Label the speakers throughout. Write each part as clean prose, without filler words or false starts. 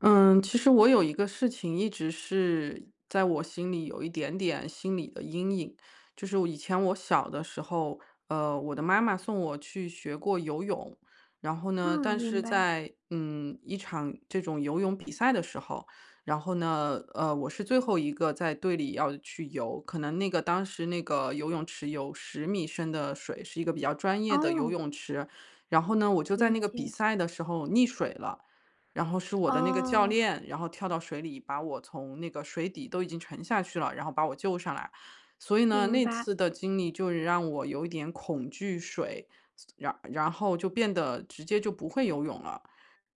Speaker 1: 嗯，其实我有一个事情一直是在我心里有一点点心理的阴影，就是我以前我小的时候，我的妈妈送我去学过游泳，然后呢，
Speaker 2: 嗯，
Speaker 1: 但
Speaker 2: 明
Speaker 1: 是
Speaker 2: 白。
Speaker 1: 在一场这种游泳比赛的时候，然后呢，我是最后一个在队里要去游，可能那个当时那个游泳池有10米深的水，是一个比较专业的游
Speaker 2: 哦，
Speaker 1: 泳池，然后呢，我就在
Speaker 2: 理
Speaker 1: 那个比
Speaker 2: 解。
Speaker 1: 赛的时候溺水了。然后是我的那个教
Speaker 2: 哦，
Speaker 1: 练，然后跳到水里，把我从那个水底都已经沉下去了，然后把我救上来。所以呢，
Speaker 2: 明
Speaker 1: 那
Speaker 2: 白，
Speaker 1: 次的经历就是让我有一点恐惧水，然后就变得直接就不会游泳了。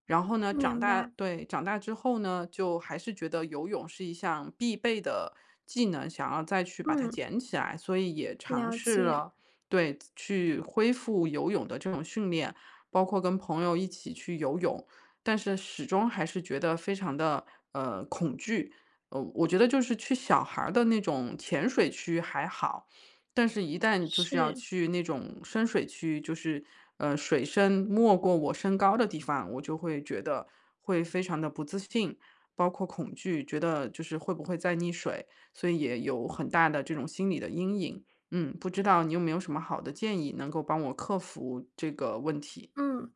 Speaker 1: 然后呢，
Speaker 2: 明白。
Speaker 1: 对，长大之后呢，就还是觉得游泳是一项必备的技能，想要再去把它
Speaker 2: 嗯，
Speaker 1: 捡起来，所以也尝
Speaker 2: 了
Speaker 1: 试
Speaker 2: 解，
Speaker 1: 了，对，去恢复游泳的这种训练，包括跟朋友一起去游泳，但是始终还是觉得非常的恐惧。我觉得就是去小孩儿的那种浅水区还好，但是一旦就是要
Speaker 2: 是，
Speaker 1: 去那种深水区，就是，水深没过我身高的地方，我就会觉得会非常的不自信，包括恐惧，觉得就是会不会再溺水，所以也有很大的这种心理的阴影。不知道你有没有什么好的建议能够帮我克服这个问题？
Speaker 2: 嗯。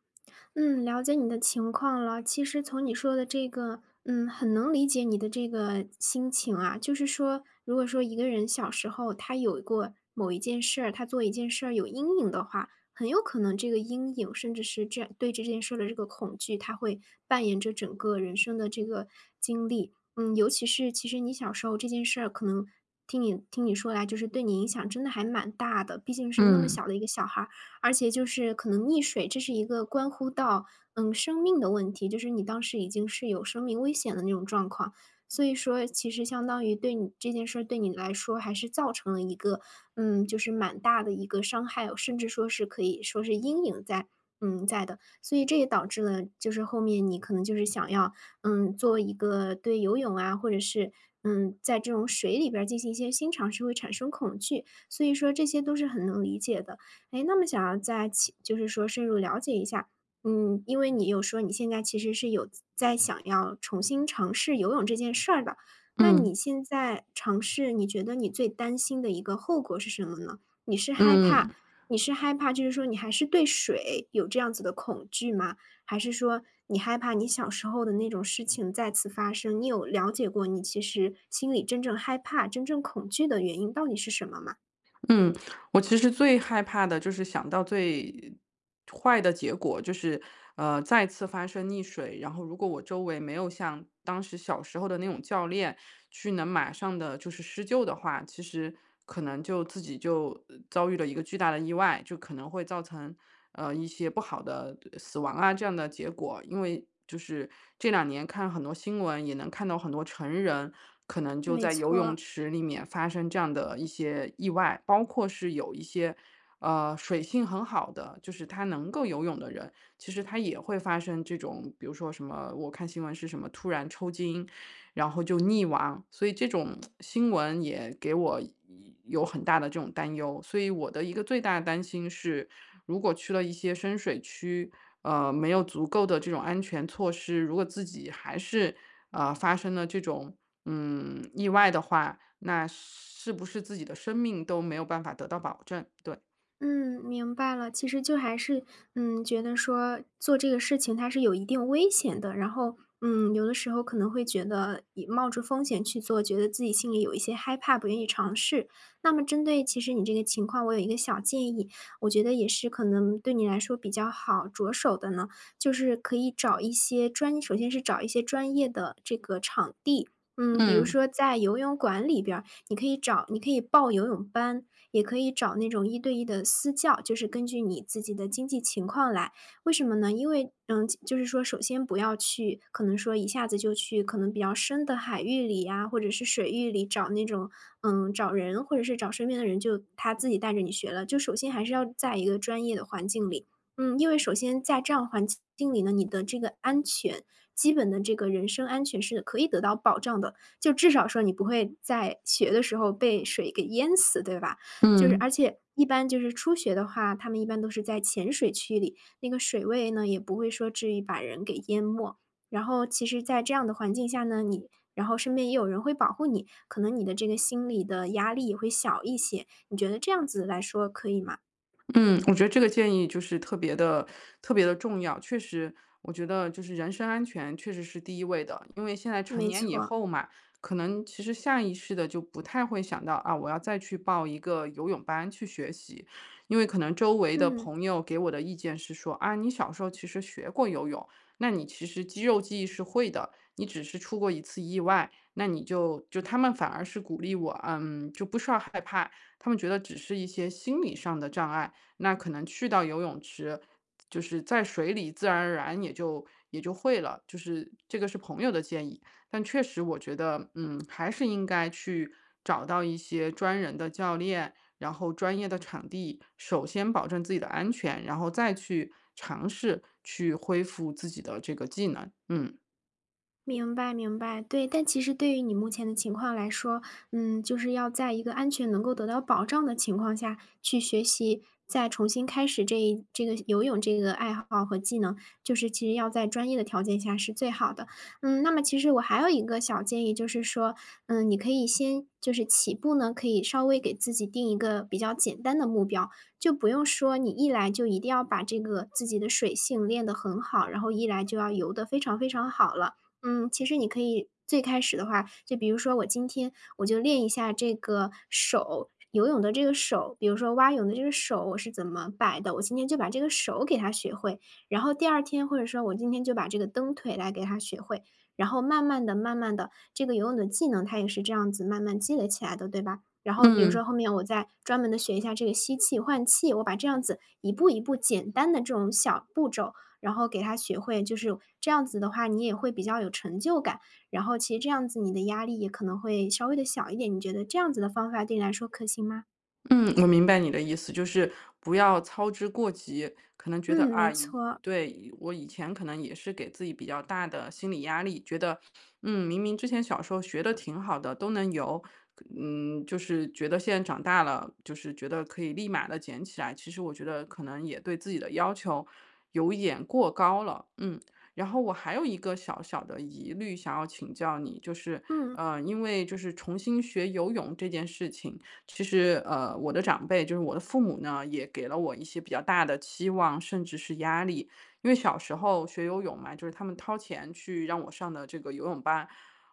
Speaker 2: 嗯，了解你的情况了。其实从你说的这个，很能理解你的这个心情啊。就是说，如果说一个人小时候他有过某一件事儿，他做一件事儿有阴影的话，很有可能这个阴影，甚至是这对这件事儿的这个恐惧，它会扮演着整个人生的这个经历。嗯，尤其是其实你小时候这件事儿，可能听你说来，就是对你影响真的还蛮大的。毕竟是那么
Speaker 1: 嗯，
Speaker 2: 小的一个小孩儿，而且就是可能溺水，这是一个关乎到，生命的问题，就是你当时已经是有生命危险的那种状况。所以说其实相当于对你这件事儿对你来说还是造成了一个，就是蛮大的一个伤害哦，甚至说是可以说是阴影在的。所以这也导致了就是后面你可能就是想要，做一个对游泳啊，或者是，在这种水里边儿进行一些新尝试会产生恐惧，所以说这些都是很能理解的。哎，那么想要再其就是说深入了解一下，因为你有说你现在其实是有在想要重新尝试游泳这件事儿的，那
Speaker 1: 嗯，
Speaker 2: 你现在尝试，你觉得你最担心的一个后果是什么呢？你是害怕
Speaker 1: 嗯。
Speaker 2: 你是害怕就是说你还是对水有这样子的恐惧吗？还是说你害怕你小时候的那种事情再次发生？你有了解过你其实心里真正害怕、真正恐惧的原因到底是什么吗？
Speaker 1: 嗯，我其实最害怕的就是想到最坏的结果，就是再次发生溺水。然后，如果我周围没有像当时小时候的那种教练去能马上的就是施救的话，其实可能就自己就遭遇了一个巨大的意外，就可能会造成一些不好的死亡啊这样的结果。因为就是这2年看很多新闻，也能看到很多成人可能就
Speaker 2: 没
Speaker 1: 在游泳
Speaker 2: 错。
Speaker 1: 池里面发生这样的一些意外，包括是有一些，水性很好的，就是他能够游泳的人，其实他也会发生这种，比如说什么，我看新闻是什么突然抽筋，然后就溺亡，所以这种新闻也给我有很大的这种担忧。所以我的一个最大的担心是，如果去了一些深水区，没有足够的这种安全措施，如果自己还是发生了这种意外的话，那是不是自己的生命都没有办法得到保证？对。
Speaker 2: 嗯，明白了。其实就还是，觉得说做这个事情它是有一定危险的，然后，有的时候可能会觉得以冒着风险去做，觉得自己心里有一些害怕，不愿意尝试。那么针对其实你这个情况，我有一个小建议，我觉得也是可能对你来说比较好着手的呢，就是可以找一些专，首先是找一些专业的这个场地。比如
Speaker 1: 嗯
Speaker 2: 说在游泳馆里边你可以报游泳班，也可以找那种一对一的私教，就是根据你自己的经济情况来。为什么呢？因为，就是说首先不要去可能说一下子就去可能比较深的海域里呀，或者是水域里找那种嗯，找人或者是找身边的人，就他自己带着你学了。就首先还是要在一个专业的环境里，因为首先在这样环境里呢，你的这个安全基本的这个人身安全是可以得到保障的。就至少说你不会在学的时候被水给淹死，对吧？就是
Speaker 1: 嗯。
Speaker 2: 而且一般就是初学的话，他们一般都是在浅水区里，那个水位呢也不会说至于把人给淹没。然后其实，在这样的环境下呢，你然后身边也有人会保护你，可能你的这个心理的压力也会小一些。你觉得这样子来说可以吗？
Speaker 1: 嗯，我觉得这个建议就是特别的、特别的重要。确实，我觉得就是人身安全确实是第一位的。因为现在成
Speaker 2: 没
Speaker 1: 年以
Speaker 2: 错，
Speaker 1: 后嘛，可能其实下意识的就不太会想到，啊，我要再去报一个游泳班去学习。因为可能周围的
Speaker 2: 嗯。
Speaker 1: 朋友给我的意见是说，啊，你小时候其实学过游泳，那你其实肌肉记忆是会的，你只是出过一次意外，那你就就他们反而是鼓励我，嗯，就不需要害怕，他们觉得只是一些心理上的障碍。那可能去到游泳池，就是在水里自然而然也就会了，就是这个是朋友的建议。但确实我觉得，还是应该去找到一些专人的教练，然后专业的场地，首先保证自己的安全，然后再去尝试去恢复自己的这个技能，嗯。
Speaker 2: 明白，明白，对。但其实对于你目前的情况来说，就是要在一个安全能够得到保障的情况下去学习，再重新开始这个游泳这个爱好和技能，就是其实要在专业的条件下是最好的。那么其实我还有一个小建议，就是说，你可以先就是起步呢，可以稍微给自己定一个比较简单的目标，就不用说你一来就一定要把这个自己的水性练得很好，然后一来就要游得非常非常好了。其实你可以最开始的话，就比如说我今天我就练一下这个手，游泳的这个手，比如说蛙泳的这个手我是怎么摆的，我今天就把这个手给它学会。然后第二天或者说我今天就把这个蹬腿来给它学会，然后慢慢的、慢慢的，这个游泳的技能它也是这样子慢慢积累起来的，对吧？然后比如
Speaker 1: 嗯。
Speaker 2: 说后面我再专门的学一下这个吸气换气，我把这样子一步一步简单的这种小步骤，然后给他学会，就是这样子的话，你也会比较有成就感。然后其实这样子你的压力也可能会稍微的小一点，你觉得这样子的方法对你来说可行吗？
Speaker 1: 嗯，我明白你的意思，就是不要操之过急。可能觉得
Speaker 2: 嗯，没
Speaker 1: 啊，
Speaker 2: 错，
Speaker 1: 对，我以前可能也是给自己比较大的心理压力，觉得，明明之前小时候学的挺好的，都能游，就是觉得现在长大了，就是觉得可以立马的捡起来。其实我觉得可能也对自己的要求有一点过高了，嗯。然后我还有一个小小的疑虑想要请教你，就是，
Speaker 2: 嗯，
Speaker 1: 因为就是重新学游泳这件事情。其实，我的长辈就是我的父母呢，也给了我一些比较大的期望，甚至是压力。因为小时候学游泳嘛，就是他们掏钱去让我上的这个游泳班，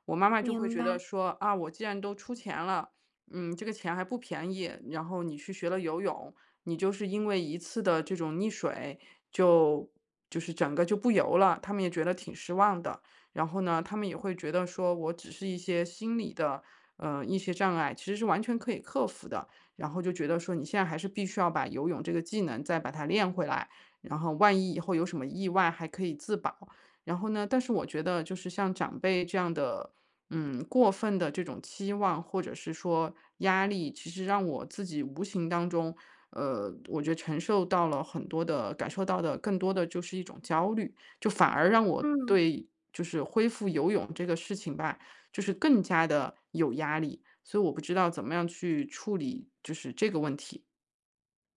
Speaker 1: 我妈妈就会
Speaker 2: 明
Speaker 1: 觉得
Speaker 2: 白，
Speaker 1: 说啊，我既然都出钱了，这个钱还不便宜，然后你去学了游泳，你就是因为一次的这种溺水，就就是整个就不游了，他们也觉得挺失望的。然后呢，他们也会觉得说我只是一些心理的。一些障碍，其实是完全可以克服的。然后就觉得说你现在还是必须要把游泳这个技能再把它练回来，然后万一以后有什么意外还可以自保。然后呢，但是我觉得就是像长辈这样的，过分的这种期望或者是说压力，其实让我自己无形当中，我觉得承受到了很多的，感受到的更多的就是一种焦虑，就反而让我
Speaker 2: 嗯。
Speaker 1: 对就是恢复游泳这个事情吧，就是更加的有压力，所以我不知道怎么样去处理就是这个问题。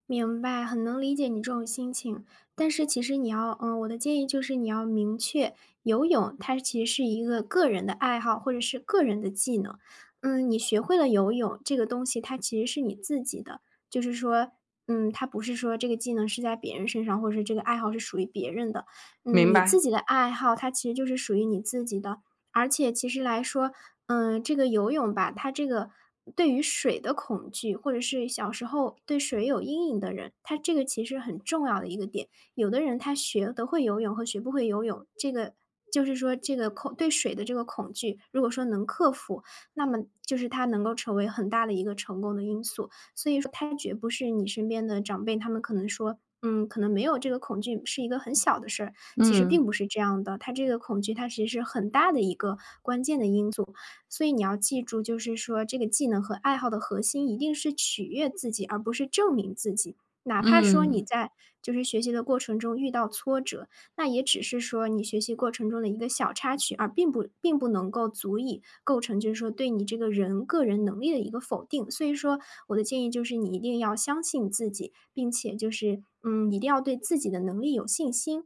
Speaker 2: 明白，很能理解你这种心情。但是其实你要，我的建议就是你要明确，游泳它其实是一个个人的爱好或者是个人的技能。你学会了游泳这个东西，它其实是你自己的，就是说，它不是说这个技能是在别人身上，或者是这个爱好是属于别人的。
Speaker 1: 明
Speaker 2: 你
Speaker 1: 白，
Speaker 2: 自己的爱好，它其实就是属于你自己的。而且其实来说，这个游泳吧，它这个对于水的恐惧，或者是小时候对水有阴影的人，他这个其实很重要的一个点。有的人他学得会游泳和学不会游泳，这个就是说这个对水的这个恐惧，如果说能克服，那么就是他能够成为很大的一个成功的因素。所以说，他绝不是你身边的长辈，他们可能说。可能没有这个恐惧是一个很小的事儿，其实并
Speaker 1: 嗯，
Speaker 2: 不是这样的。他这个恐惧，它其实是很大的一个关键的因素。所以你要记住，就是说这个技能和爱好的核心一定是取悦自己，而不是证明自己。哪怕说你
Speaker 1: 嗯。
Speaker 2: 在就是学习的过程中遇到挫折，那也只是说你学习过程中的一个小插曲，而并不能够足以构成就是说对你这个人个人能力的一个否定。所以说，我的建议就是你一定要相信自己，并且就是一定要对自己的能力有信心。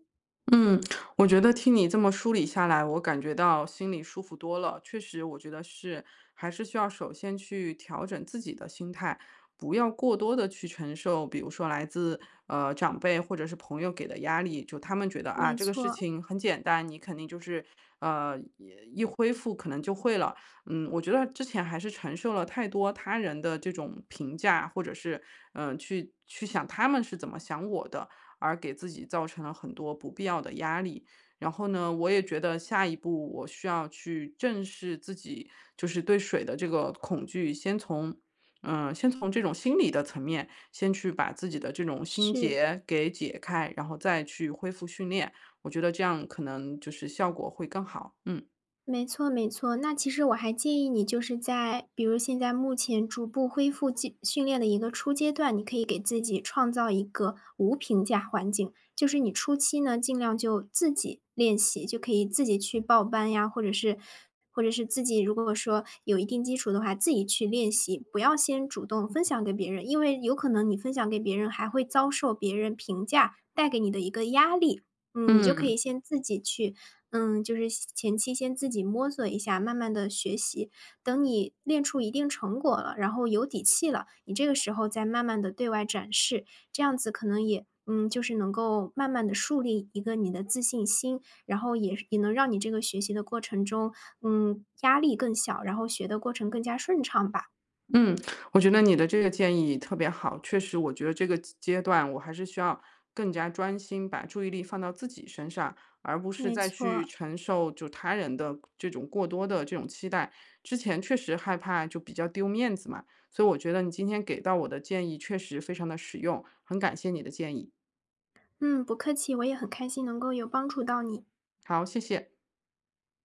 Speaker 1: 嗯，我觉得听你这么梳理下来，我感觉到心里舒服多了。确实，我觉得是还是需要首先去调整自己的心态，不要过多的去承受，比如说来自长辈或者是朋友给的压力，就他们觉得啊
Speaker 2: 没
Speaker 1: 这个事
Speaker 2: 错，
Speaker 1: 情很简单，你肯定就是呃一一恢复可能就会了。我觉得之前还是承受了太多他人的这种评价，或者是去想他们是怎么想我的。而给自己造成了很多不必要的压力。然后呢，我也觉得下一步我需要去正视自己，就是对水的这个恐惧，先从这种心理的层面，先去把自己的这种心
Speaker 2: 是。
Speaker 1: 结给解开，然后再去恢复训练。我觉得这样可能就是效果会更好。嗯。
Speaker 2: 没错没错，那其实我还建议你就是在比如现在目前逐步恢复训练的一个初阶段，你可以给自己创造一个无评价环境，就是你初期呢尽量就自己练习，就可以自己去报班呀，或者是自己如果说有一定基础的话，自己去练习，不要先主动分享给别人，因为有可能你分享给别人还会遭受别人评价带给你的一个压力。你就可以
Speaker 1: 嗯，
Speaker 2: 先自己去嗯，就是先前期先自己摸索一下，慢慢的学习。等你练出一定成果了，然后有底气了，你这个时候再慢慢的对外展示，这样子可能就是能够慢慢的树立一个你的自信心，然后也能让你这个学习的过程中，压力更小，然后学的过程更加顺畅吧。
Speaker 1: 嗯，我觉得你的这个建议特别好。确实，我觉得这个阶段我还是需要更加专心，把注意力放到自己身上，而不是
Speaker 2: 没
Speaker 1: 再去
Speaker 2: 错，
Speaker 1: 承受就他人的这种过多的这种期待。之前确实害怕就比较丢面子嘛，所以我觉得你今天给到我的建议确实非常的实用，很感谢你的建议。
Speaker 2: 嗯，不客气，我也很开心能够有帮助到你。
Speaker 1: 好，谢谢。